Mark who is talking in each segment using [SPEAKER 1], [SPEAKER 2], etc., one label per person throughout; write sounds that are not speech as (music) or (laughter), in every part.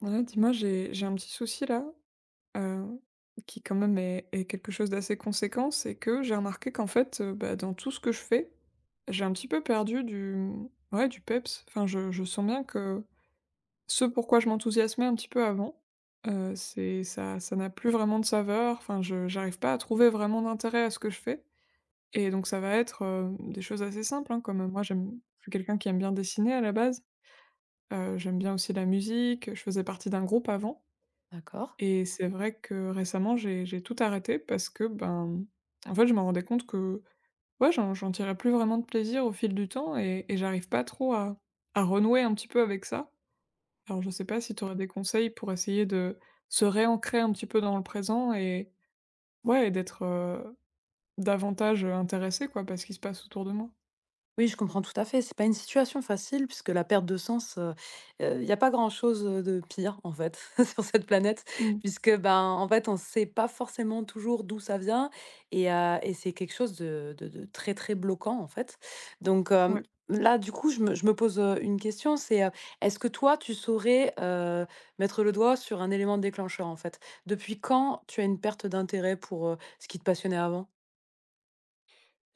[SPEAKER 1] Ouais, dis-moi, j'ai un petit souci là, heu, qui quand même est quelque chose d'assez conséquent, c'est que j'ai remarqué qu'en fait, bah, dans tout ce que je fais, j'ai un petit peu perdu ouais, du peps. Enfin, je sens bien que ce pourquoi je m'enthousiasmais un petit peu avant, c'est ça n'a plus vraiment de saveur. Enfin, je j'arrive pas à trouver vraiment d'intérêt à ce que je fais et donc ça va être, des choses assez simples, hein, comme, moi j'aime je suis quelqu'un qui aime bien dessiner à la base, j'aime bien aussi la musique, je faisais partie d'un groupe avant
[SPEAKER 2] D'accord.
[SPEAKER 1] et c'est vrai que récemment, j'ai tout arrêté parce que, ben, en fait, je me rendais compte que, ouais, j'en tirais plus vraiment de plaisir au fil du temps et j'arrive pas trop à renouer un petit peu avec ça. Alors, je sais pas si tu aurais des conseils pour essayer de se réancrer un petit peu dans le présent et, ouais, et d'être, davantage intéressé, quoi, par ce qui se passe autour de moi.
[SPEAKER 2] Oui, je comprends tout à fait. C'est pas une situation facile puisque la perte de sens, il y a pas grand-chose, de pire en fait (laughs) sur cette planète
[SPEAKER 1] Mmh.
[SPEAKER 2] puisque, ben, en fait, on ne sait pas forcément toujours d'où ça vient et c'est quelque chose de très, très bloquant en fait. Donc,
[SPEAKER 1] Ouais.
[SPEAKER 2] là, du coup, je me pose, une question, c'est, est-ce que toi, tu saurais, mettre le doigt sur un élément déclencheur en fait? Depuis quand tu as une perte d'intérêt pour, ce qui te passionnait avant?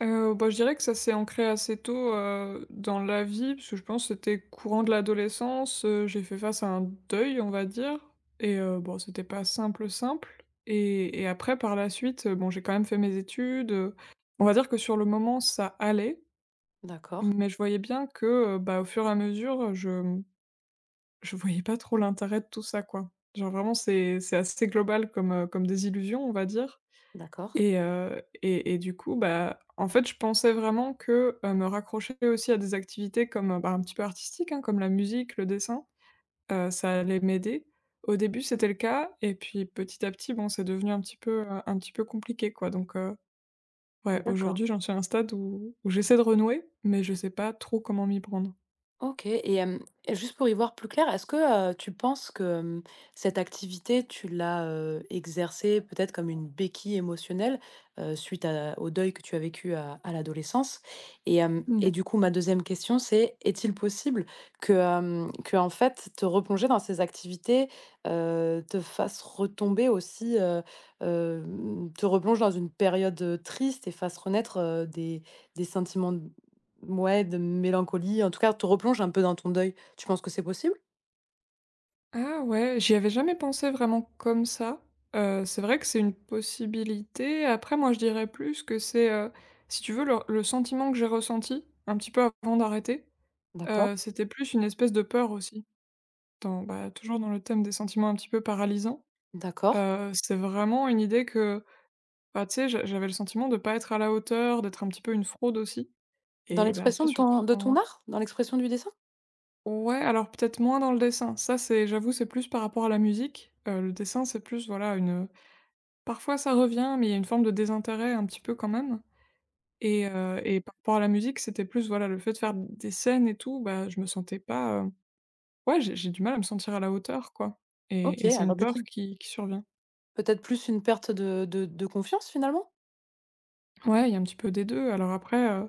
[SPEAKER 1] Bah, je dirais que ça s'est ancré assez tôt, dans la vie, parce que je pense que c'était courant de l'adolescence, j'ai fait face à un deuil, on va dire, et bon, c'était pas simple, simple, et après par la suite, bon, j'ai quand même fait mes études, on va dire que sur le moment ça allait,
[SPEAKER 2] D'accord,
[SPEAKER 1] mais je voyais bien que, bah, au fur et à mesure, je voyais pas trop l'intérêt de tout ça, quoi. Genre vraiment c'est assez global comme, comme désillusion, on va dire,
[SPEAKER 2] d'accord,
[SPEAKER 1] et du coup, bah, en fait, je pensais vraiment que, me raccrocher aussi à des activités comme, bah, un petit peu artistiques, hein, comme la musique, le dessin, ça allait m'aider. Au début, c'était le cas et puis petit à petit, bon, c'est devenu un petit peu compliqué, quoi, donc ouais,
[SPEAKER 2] d'accord.
[SPEAKER 1] aujourd'hui, j'en suis à un stade où j'essaie de renouer, mais je sais pas trop comment m'y prendre.
[SPEAKER 2] OK. Et juste pour y voir plus clair, est-ce que, tu penses que, cette activité, tu l'as, exercée peut-être comme une béquille émotionnelle, suite à au deuil que tu as vécu à l'adolescence? Et du coup, ma deuxième question, c'est est-il possible que, en fait, te replonger dans ces activités, te fasse retomber aussi, te replonge dans une période, triste et fasse renaître, des sentiments. Ouais, de mélancolie, en tout cas, te replonge un peu dans ton deuil. Tu penses que c'est possible?
[SPEAKER 1] Ah ouais, j'y avais jamais pensé vraiment comme ça. C'est vrai que c'est une possibilité. Après moi, je dirais plus que c'est, si tu veux, le sentiment que j'ai ressenti un petit peu avant d'arrêter,
[SPEAKER 2] D'accord.
[SPEAKER 1] c'était plus une espèce de peur aussi. Dans, bah, toujours dans le thème des sentiments un petit peu paralysants,
[SPEAKER 2] D'accord.
[SPEAKER 1] c'est vraiment une idée que, bah, tu sais, j'avais le sentiment de pas être à la hauteur, d'être un petit peu une fraude aussi,
[SPEAKER 2] Dans
[SPEAKER 1] et bah,
[SPEAKER 2] l'expression
[SPEAKER 1] ça
[SPEAKER 2] de
[SPEAKER 1] surtout
[SPEAKER 2] ton de
[SPEAKER 1] quand,
[SPEAKER 2] ton art? Dans l'expression du dessin?
[SPEAKER 1] ouais, alors peut-être moins dans le dessin. Ça, c'est, j'avoue, c'est plus par rapport à la musique. Le dessin, c'est plus, voilà, parfois ça revient, mais il y a une forme de désintérêt un petit peu quand même, et par rapport à la musique, c'était plus, voilà, le fait de faire des scènes et tout, bah, je me sentais pas, ouais, j'ai du mal à me sentir à la hauteur, quoi, et
[SPEAKER 2] OK,
[SPEAKER 1] et c'est une
[SPEAKER 2] alors du
[SPEAKER 1] peur
[SPEAKER 2] coup,
[SPEAKER 1] qui survient.
[SPEAKER 2] peut-être plus une perte de confiance, finalement?
[SPEAKER 1] Ouais, il y a un petit peu des 2. Alors après,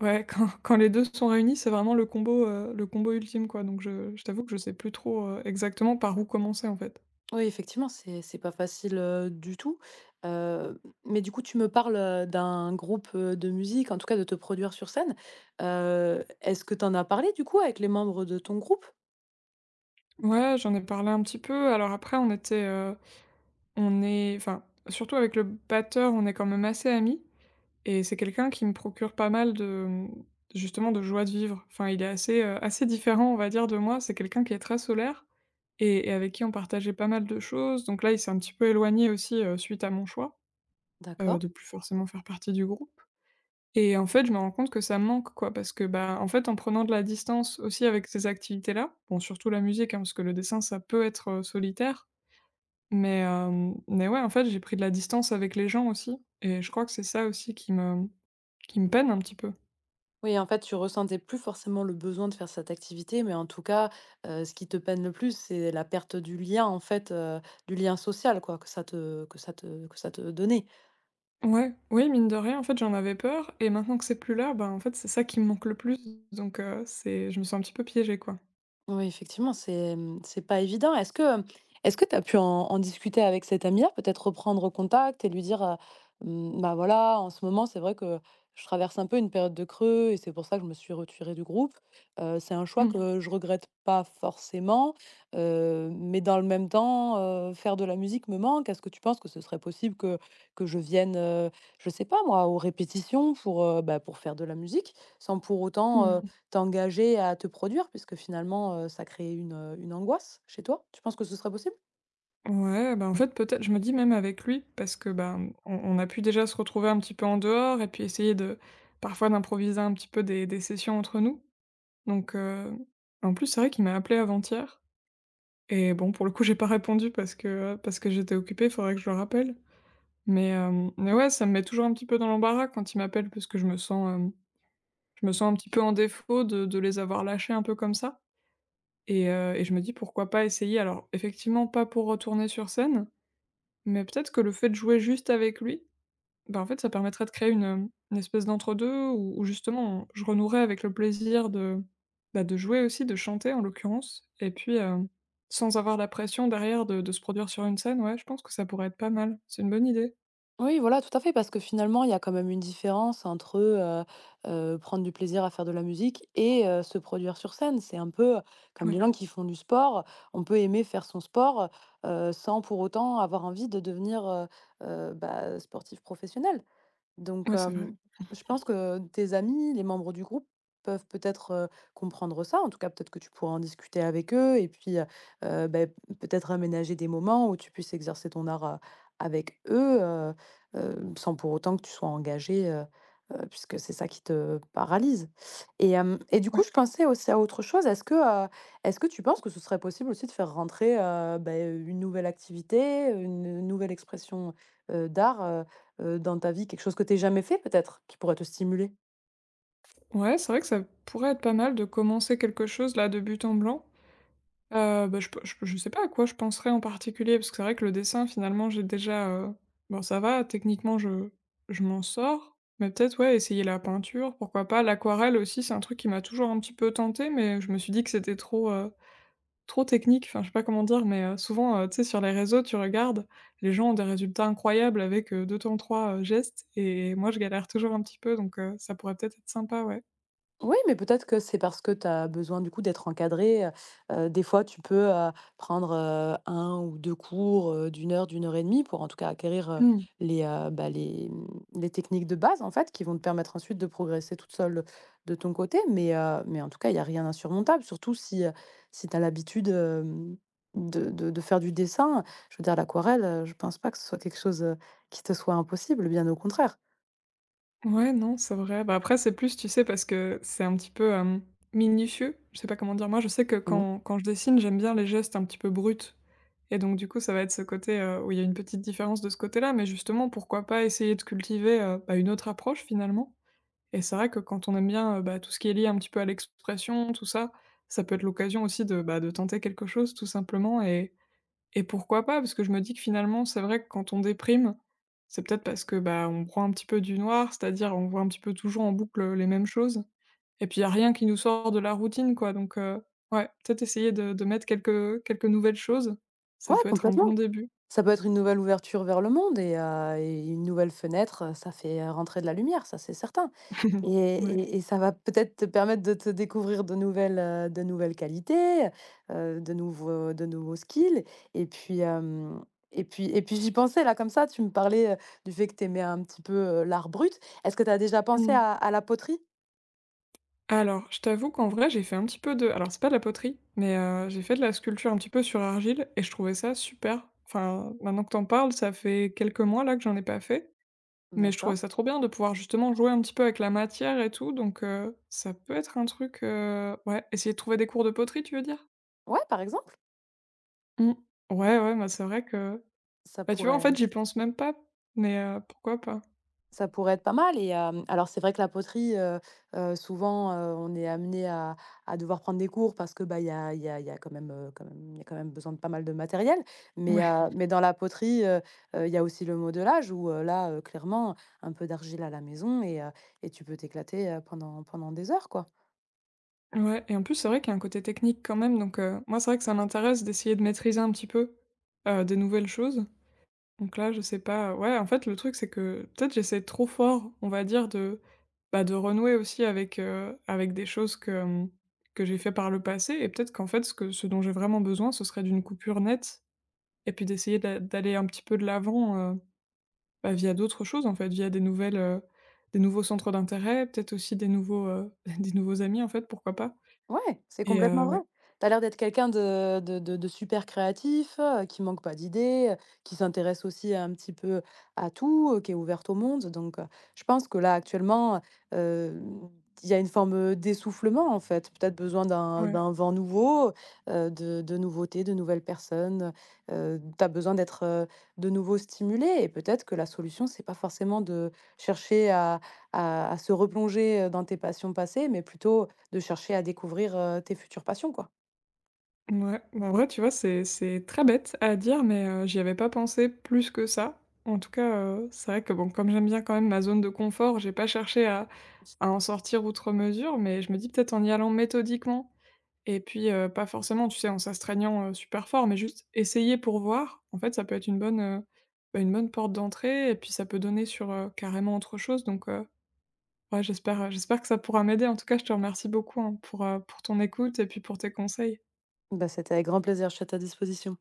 [SPEAKER 1] ouais, (laughs) quand les 2 sont réunis, c'est vraiment le combo, le combo ultime, quoi, donc je t'avoue que je sais plus trop, exactement par où commencer, en fait.
[SPEAKER 2] Oui, effectivement, c'est pas facile, du tout. Mais du coup, tu me parles, d'un groupe, de musique, en tout cas de te produire sur scène. Est-ce que tu en as parlé, du coup, avec les membres de ton groupe?
[SPEAKER 1] Ouais, j'en ai parlé un petit peu. Alors après, on est, enfin, surtout avec le batteur, on est quand même assez amis. Et c'est quelqu'un qui me procure pas mal de, justement, de joie de vivre. Enfin, il est assez, assez différent, on va dire, de moi. C'est quelqu'un qui est très solaire et avec qui on partageait pas mal de choses. Donc là, il s'est un petit peu éloigné aussi, suite à mon choix,
[SPEAKER 2] D'accord.
[SPEAKER 1] de plus forcément faire partie du groupe. Et en fait, je me rends compte que ça me manque, quoi, parce que, bah, en fait, en prenant de la distance aussi avec ces activités-là, bon, surtout la musique, hein, parce que le dessin, ça peut être, solitaire, mais mais ouais, en fait, j'ai pris de la distance avec les gens aussi et je crois que c'est ça aussi qui me peine un petit peu.
[SPEAKER 2] Oui, en fait, tu ressentais plus forcément le besoin de faire cette activité, mais en tout cas, ce qui te peine le plus, c'est la perte du lien, en fait, du lien social, quoi, que ça te que ça te que ça te donnait.
[SPEAKER 1] Ouais, oui, mine de rien, en fait, j'en avais peur et maintenant que c'est plus là, bah, en fait, c'est ça qui me manque le plus, donc c'est je me sens un petit peu piégée, quoi.
[SPEAKER 2] Oui, effectivement, c'est, mmh, c'est pas évident. Est-ce que, mmh, est-ce que tu as pu en discuter avec cette amie-là? Peut-être reprendre contact et lui dire, «Mmh, bah, voilà, en ce moment, c'est vrai que je traverse un peu une période de creux et c'est pour ça que je me suis retirée du groupe. C'est un choix
[SPEAKER 1] Mmh.
[SPEAKER 2] que je regrette pas forcément, mais dans le même temps, faire de la musique me manque. Est-ce que tu penses que ce serait possible que je vienne, je sais pas moi, aux répétitions pour, bah, pour faire de la musique, sans pour autant,
[SPEAKER 1] Mmh.
[SPEAKER 2] t'engager à te produire puisque finalement, ça crée une angoisse chez toi? Tu penses que ce serait possible?»
[SPEAKER 1] Ouais, bah, en fait, peut-être je me dis même avec lui parce que, ben, on a pu déjà se retrouver un petit peu en dehors et puis essayer de parfois d'improviser un petit peu des sessions entre nous, donc en plus, c'est vrai qu'il m'a appelé avant-hier et bon, pour le coup, j'ai pas répondu parce que j'étais occupée, il faudrait que je le rappelle, mais mais ouais, ça me met toujours un petit peu dans l'embarras quand il m'appelle parce que je me sens un petit peu en défaut de les avoir lâchés un peu comme ça, et je me dis: «Pourquoi pas essayer?» Alors effectivement pas pour retourner sur scène, mais peut-être que le fait de jouer juste avec lui, ben, en fait, ça permettrait de créer une espèce d'entre-deux où justement je renouerais avec le plaisir de, bah, de jouer aussi, de chanter en l'occurrence et puis, sans avoir la pression derrière de se produire sur une scène, ouais, je pense que ça pourrait être pas mal. C'est une bonne idée.
[SPEAKER 2] Oui, voilà, tout à fait, parce que finalement, il y a quand même une différence entre, prendre du plaisir à faire de la musique et se produire sur scène. C'est un peu comme
[SPEAKER 1] Ouais,
[SPEAKER 2] les gens qui font du sport. On peut aimer faire son sport, sans pour autant avoir envie de devenir, bah, sportif professionnel. Donc,
[SPEAKER 1] ouais, c'est vrai.
[SPEAKER 2] je pense que tes amis, les membres du groupe peuvent peut-être, comprendre ça. En tout cas, peut-être que tu pourras en discuter avec eux et puis, beh, peut-être aménager des moments où tu puisses exercer ton art, avec eux, sans pour autant que tu sois engagé, puisque c'est ça qui te paralyse. Et du
[SPEAKER 1] Ouais.
[SPEAKER 2] coup, je pensais aussi à autre chose. Est-ce que tu penses que ce serait possible aussi de faire rentrer, beh, une nouvelle activité, une nouvelle expression, d'art, dans ta vie, quelque chose que tu jamais fait peut-être, qui pourrait te stimuler?
[SPEAKER 1] Ouais, c'est vrai que ça pourrait être pas mal de commencer quelque chose là de but en blanc. Bah, je pe je sais pas à quoi je penserais en particulier, parce que c'est vrai que le dessin finalement j'ai déjà, bon, ça va techniquement, je m'en sors, mais peut-être, ouais, essayer la peinture, pourquoi pas? L'aquarelle aussi c'est un truc qui m'a toujours un petit peu tenté, mais je me suis dit que c'était trop, trop technique, enfin je sais pas comment dire, mais, souvent, tu sais, sur les réseaux tu regardes, les gens ont des résultats incroyables avec, 2 temps 3, gestes, et moi je galère toujours un petit peu, donc, ça pourrait peut-être être sympa, ouais.
[SPEAKER 2] Oui, mais peut-être que c'est parce que tu as besoin du coup d'être encadré. Des fois tu peux, prendre, 1 ou 2 cours, d'1 heure, d'une heure et demie, pour en tout cas acquérir, les, bah, les, mmh, les techniques de base en fait qui vont te permettre ensuite de progresser toute seule, de ton côté. Mais en tout cas, il y a rien d'insurmontable, surtout si, si tu as l'habitude, de faire du dessin. Je veux dire l'aquarelle, je pense pas que ce soit quelque chose, qui te soit impossible, bien au contraire.
[SPEAKER 1] Ouais, non, c'est vrai. Bah, après, c'est plus, tu sais, parce que c'est un petit peu, minutieux. Je sais pas comment dire. Moi, je sais que quand je dessine, j'aime bien les gestes un petit peu bruts, et donc du coup, ça va être ce côté, où il y a une petite différence de ce côté-là, mais justement, pourquoi pas essayer de cultiver, bah, une autre approche finalement? Et c'est vrai que quand on aime bien, bah, tout ce qui est lié un petit peu à l'expression, tout ça, ça peut être l'occasion aussi de, bah, de tenter quelque chose tout simplement, et pourquoi pas? Parce que je me dis que finalement, c'est vrai que quand on déprime, c'est peut-être parce que, bah, on prend un petit peu du noir, c'est-à-dire on voit un petit peu toujours en boucle, les mêmes choses, et puis il y a rien qui nous sort de la routine, quoi, donc ouais, peut-être essayer de mettre quelques, nouvelles choses,
[SPEAKER 2] Ouais,
[SPEAKER 1] ça peut être un bon
[SPEAKER 2] complètement.
[SPEAKER 1] début.
[SPEAKER 2] Ça peut être une nouvelle ouverture vers le monde et une nouvelle fenêtre, ça fait, rentrer de la lumière, ça, c'est certain
[SPEAKER 1] (laughs)
[SPEAKER 2] et
[SPEAKER 1] Ouais.
[SPEAKER 2] et et ça va peut-être te permettre de te découvrir de nouvelles qualités, de nouveaux skills et puis, hem et puis j'y pensais là comme ça, tu me parlais, du fait que tu aimais un petit peu, l'art brut. Est-ce que tu as déjà pensé
[SPEAKER 1] Mmh.
[SPEAKER 2] à la poterie?
[SPEAKER 1] Alors, je t'avoue qu'en vrai, j'ai fait un petit peu de alors c'est pas de la poterie, mais j'ai fait de la sculpture un petit peu sur argile et je trouvais ça super. Enfin, maintenant que t'en parles, ça fait quelques mois là que j'en ai pas fait. Mais je trouvais
[SPEAKER 2] D'accord.
[SPEAKER 1] ça trop bien de pouvoir justement jouer un petit peu avec la matière et tout, donc ça peut être un truc, ouais, essayer de trouver des cours de poterie, tu veux dire?
[SPEAKER 2] Ouais, par exemple,
[SPEAKER 1] Mmh. Ouais, ouais, bah, c'est vrai que,
[SPEAKER 2] ça
[SPEAKER 1] bah, tu vois, en
[SPEAKER 2] pourrait.
[SPEAKER 1] fait, j'y pense même pas, mais pourquoi pas?
[SPEAKER 2] Ça pourrait être pas mal. Alors c'est vrai que la poterie, souvent, on est amené à devoir prendre des cours parce que, bah, il y a il y a il y a quand même, il y a quand même besoin de pas mal de matériel.
[SPEAKER 1] Ouais,
[SPEAKER 2] Mais dans la poterie, il y a aussi le modelage où, là, clairement, un peu d'argile à la maison et tu peux t'éclater, pendant des heures, quoi.
[SPEAKER 1] ouais, et en plus, c'est vrai qu'il y a un côté technique quand même, donc moi, c'est vrai que ça m'intéresse d'essayer de maîtriser un petit peu, des nouvelles choses. Donc là, je sais pas, ouais, en fait, le truc, c'est que peut-être j'essaie trop fort, on va dire, de, bah, de renouer aussi avec, avec des choses que, que j'ai fait par le passé, et peut-être qu'en fait, ce dont j'ai vraiment besoin, ce serait d'une coupure nette et puis d'essayer d'aller un petit peu de l'avant, bah, via d'autres choses, en fait, via des nouvelles, des nouveaux centres d'intérêt, peut-être aussi des nouveaux, (laughs) des nouveaux amis, en fait, pourquoi pas?
[SPEAKER 2] Ouais, c'est complètement vrai.
[SPEAKER 1] Ouais.
[SPEAKER 2] Tu as l'air d'être quelqu'un de super créatif, qui manque pas d'idées, qui s'intéresse aussi un petit peu à tout, qui est ouverte au monde donc, je pense que là, actuellement, hem, il y a une forme d'essoufflement en fait, peut-être besoin d'un
[SPEAKER 1] Ouais.
[SPEAKER 2] d'un vent nouveau, de nouveautés, de nouvelles personnes, tu as besoin d'être, de nouveau stimulé, et peut-être que la solution, c'est pas forcément de chercher à se replonger, dans tes passions passées, mais plutôt de chercher à découvrir, tes futures passions, quoi.
[SPEAKER 1] Ouais, bah, en vrai, tu vois, c'est très bête à dire, mais j'y avais pas pensé plus que ça. En tout cas, c'est vrai que, bon, comme j'aime bien quand même ma zone de confort, j'ai pas cherché à en sortir outre mesure, mais je me dis, peut-être en y allant méthodiquement et puis, pas forcément, tu sais, en s'astreignant, super fort, mais juste essayer pour voir. En fait, ça peut être une bonne porte d'entrée et puis ça peut donner sur, carrément autre chose, donc ouais, j'espère que ça pourra m'aider. En tout cas, je te remercie beaucoup, hein, pour ton écoute et puis pour tes conseils.
[SPEAKER 2] Bah, c'était avec grand plaisir, je suis à ta disposition.